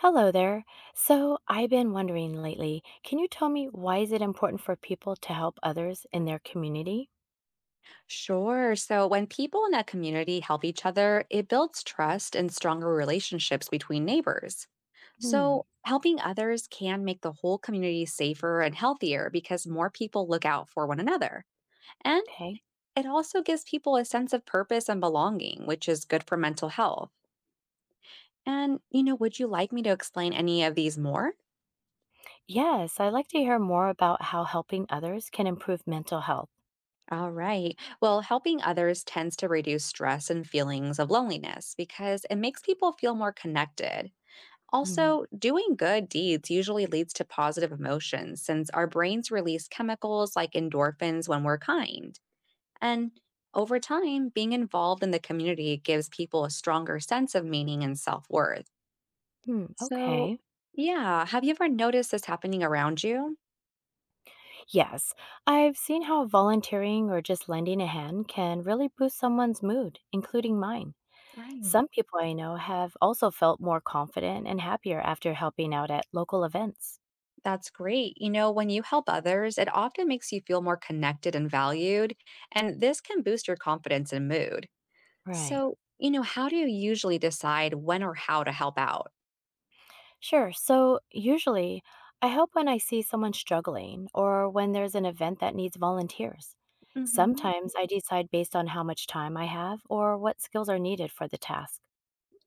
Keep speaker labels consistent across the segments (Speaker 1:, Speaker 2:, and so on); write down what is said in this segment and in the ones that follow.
Speaker 1: Hello there. So I've been wondering lately, can you tell me why is it important for people to help others in their community?
Speaker 2: Sure. So when people in a community help each other, it builds trust and stronger relationships between neighbors. So
Speaker 1: Hmm,
Speaker 2: helping others can make the whole community safer and healthier because more people look out for one another. And
Speaker 1: okay.
Speaker 2: it also gives people a sense of purpose and belonging, which is good for mental health. And, you know, would you like me to explain any of these more?
Speaker 1: Yes, I'd like to hear more about how helping others can improve mental health.
Speaker 2: All right. Well, helping others tends to reduce stress and feelings of loneliness because it makes people feel more connected.
Speaker 1: Hmm.
Speaker 2: Also, doing good deeds usually leads to positive emotions since our brains release chemicals like endorphins when we're kind. And over time, being involved in the community gives people a stronger sense of meaning and self worth.
Speaker 1: Hmm,
Speaker 2: So,
Speaker 1: okay.
Speaker 2: yeah, have you ever noticed this happening around you?
Speaker 1: Yes, I've seen how volunteering or just lending a hand can really boost someone's mood, including mine.
Speaker 2: Right.
Speaker 1: Some people I know have also felt more confident and happier after helping out at local events.
Speaker 2: That's great. You know, when you help others, it often makes you feel more connected and valued. And this can boost your confidence and mood.
Speaker 1: Right.
Speaker 2: So, you know, how do you usually decide when or how to help out?
Speaker 1: Sure. So usually, I help when I see someone struggling or when there's an event that needs volunteers.
Speaker 2: Mm-hmm.
Speaker 1: Sometimes I decide based on how much time I have or what skills are needed for the task.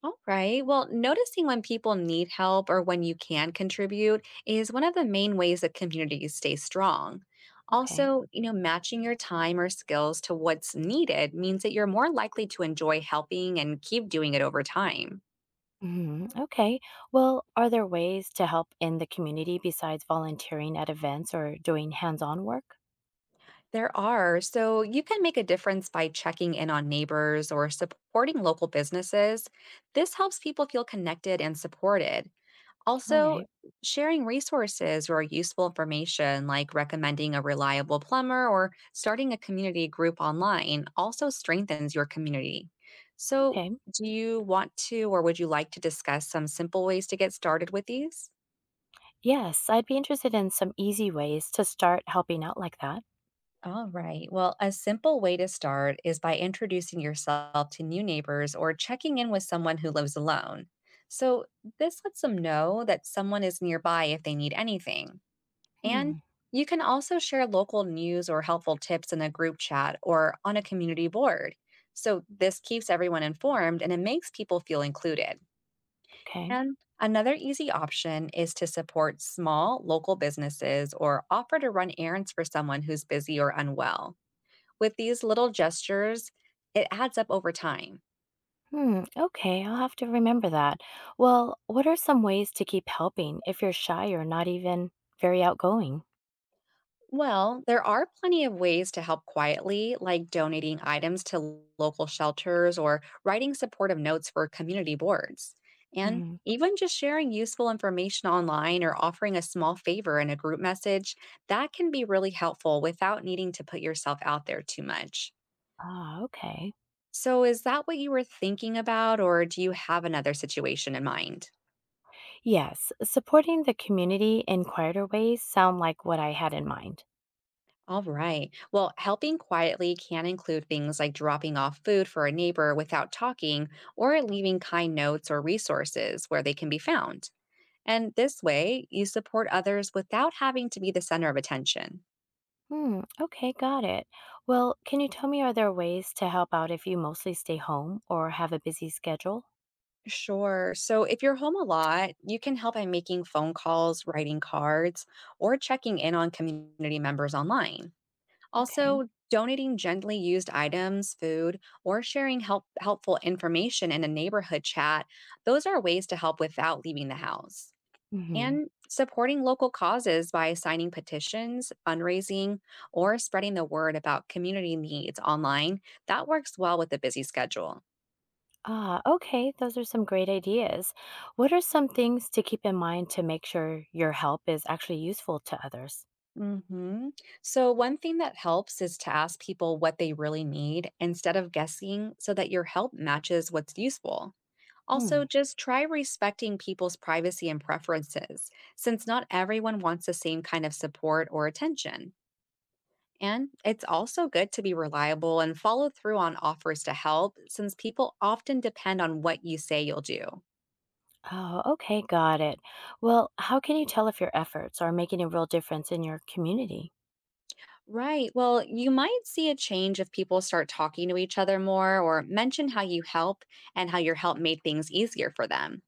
Speaker 2: All right. Well, noticing when people need help or when you can contribute is one of the main ways that communities stay strong.
Speaker 1: Okay.
Speaker 2: Also, you know, matching your time or skills to what's needed means that you're more likely to enjoy helping and keep doing it over time.
Speaker 1: Okay. Well, are there ways to help in the community besides volunteering at events or doing hands on work?
Speaker 2: There are, so you can make a difference by checking in on neighbors or supporting local businesses. This helps people feel connected and supported.
Speaker 1: All
Speaker 2: Also,
Speaker 1: right.
Speaker 2: sharing resources or useful information like recommending a reliable plumber or starting a community group online also strengthens your community. So,
Speaker 1: Okay.
Speaker 2: do you want to or would you like to discuss some simple ways to get started with these?
Speaker 1: Yes, I'd be interested in some easy ways to start helping out like that.
Speaker 2: All right. Well, a simple way to start is by introducing yourself to new neighbors or checking in with someone who lives alone. So, this lets them know that someone is nearby if they need anything. And
Speaker 1: Hmm.
Speaker 2: you can also share local news or helpful tips in a group chat or on a community board. So this keeps everyone informed and it makes people feel included.
Speaker 1: Okay.
Speaker 2: And another easy option is to support small local businesses or offer to run errands for someone who's busy or unwell. With these little gestures, it adds up over time.
Speaker 1: Hmm, okay, I'll have to remember that. Well, what are some ways to keep helping if you're shy or not even very outgoing?
Speaker 2: Well, there are plenty of ways to help quietly, like donating items to local shelters or writing supportive notes for community boards. And
Speaker 1: hmm
Speaker 2: even just sharing useful information online or offering a small favor in a group message, that can be really helpful without needing to put yourself out there too much.
Speaker 1: Ah, okay.
Speaker 2: So, is that what you were thinking about, or do you have another situation in mind?
Speaker 1: Yes, supporting the community in quieter ways sound like what I had in mind.
Speaker 2: All right. Well, helping quietly can include things like dropping off food for a neighbor without talking or leaving kind notes or resources where they can be found. And this way, you support others without having to be the center of attention.
Speaker 1: Hmm, okay, got it. Well, can you tell me are there ways to help out if you mostly stay home or have a busy schedule?
Speaker 2: Sure. So if you're home a lot, you can help by making phone calls, writing cards, or checking in on community members online.
Speaker 1: Okay.
Speaker 2: Also, donating gently used items, food, or sharing helpful information in a neighborhood chat, those are ways to help without leaving the house.
Speaker 1: Mhm.
Speaker 2: And supporting local causes by signing petitions, fundraising, or spreading the word about community needs online, that works well with a busy schedule.
Speaker 1: Ah, okay, those are some great ideas. What are some things to keep in mind to make sure your help is actually useful to others?
Speaker 2: hmm So, one thing that helps is to ask people what they really need instead of guessing so that your help matches what's useful. Also,
Speaker 1: Hmm.
Speaker 2: just try respecting people's privacy and preferences, since not everyone wants the same kind of support or attention. And it's also good to be reliable and follow through on offers to help, since people often depend on what you say you'll do.
Speaker 1: Oh, okay, got it. Well, how can you tell if your efforts are making a real difference in your community?
Speaker 2: Right. Well, you might see a change if people start talking to each other more or mention how you help and how your help made things easier for them.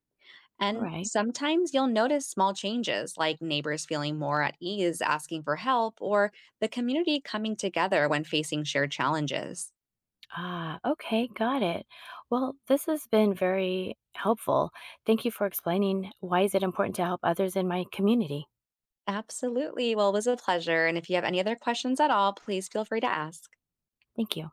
Speaker 1: All
Speaker 2: And
Speaker 1: right.
Speaker 2: sometimes you'll notice small changes like neighbors feeling more at ease asking for help or the community coming together when facing shared challenges.
Speaker 1: Ah, okay, got it. Well, this has been very helpful. Thank you for explaining why is it important to help others in my community.
Speaker 2: Absolutely. Well, it was a pleasure. And if you have any other questions at all, please feel free to ask.
Speaker 1: Thank you.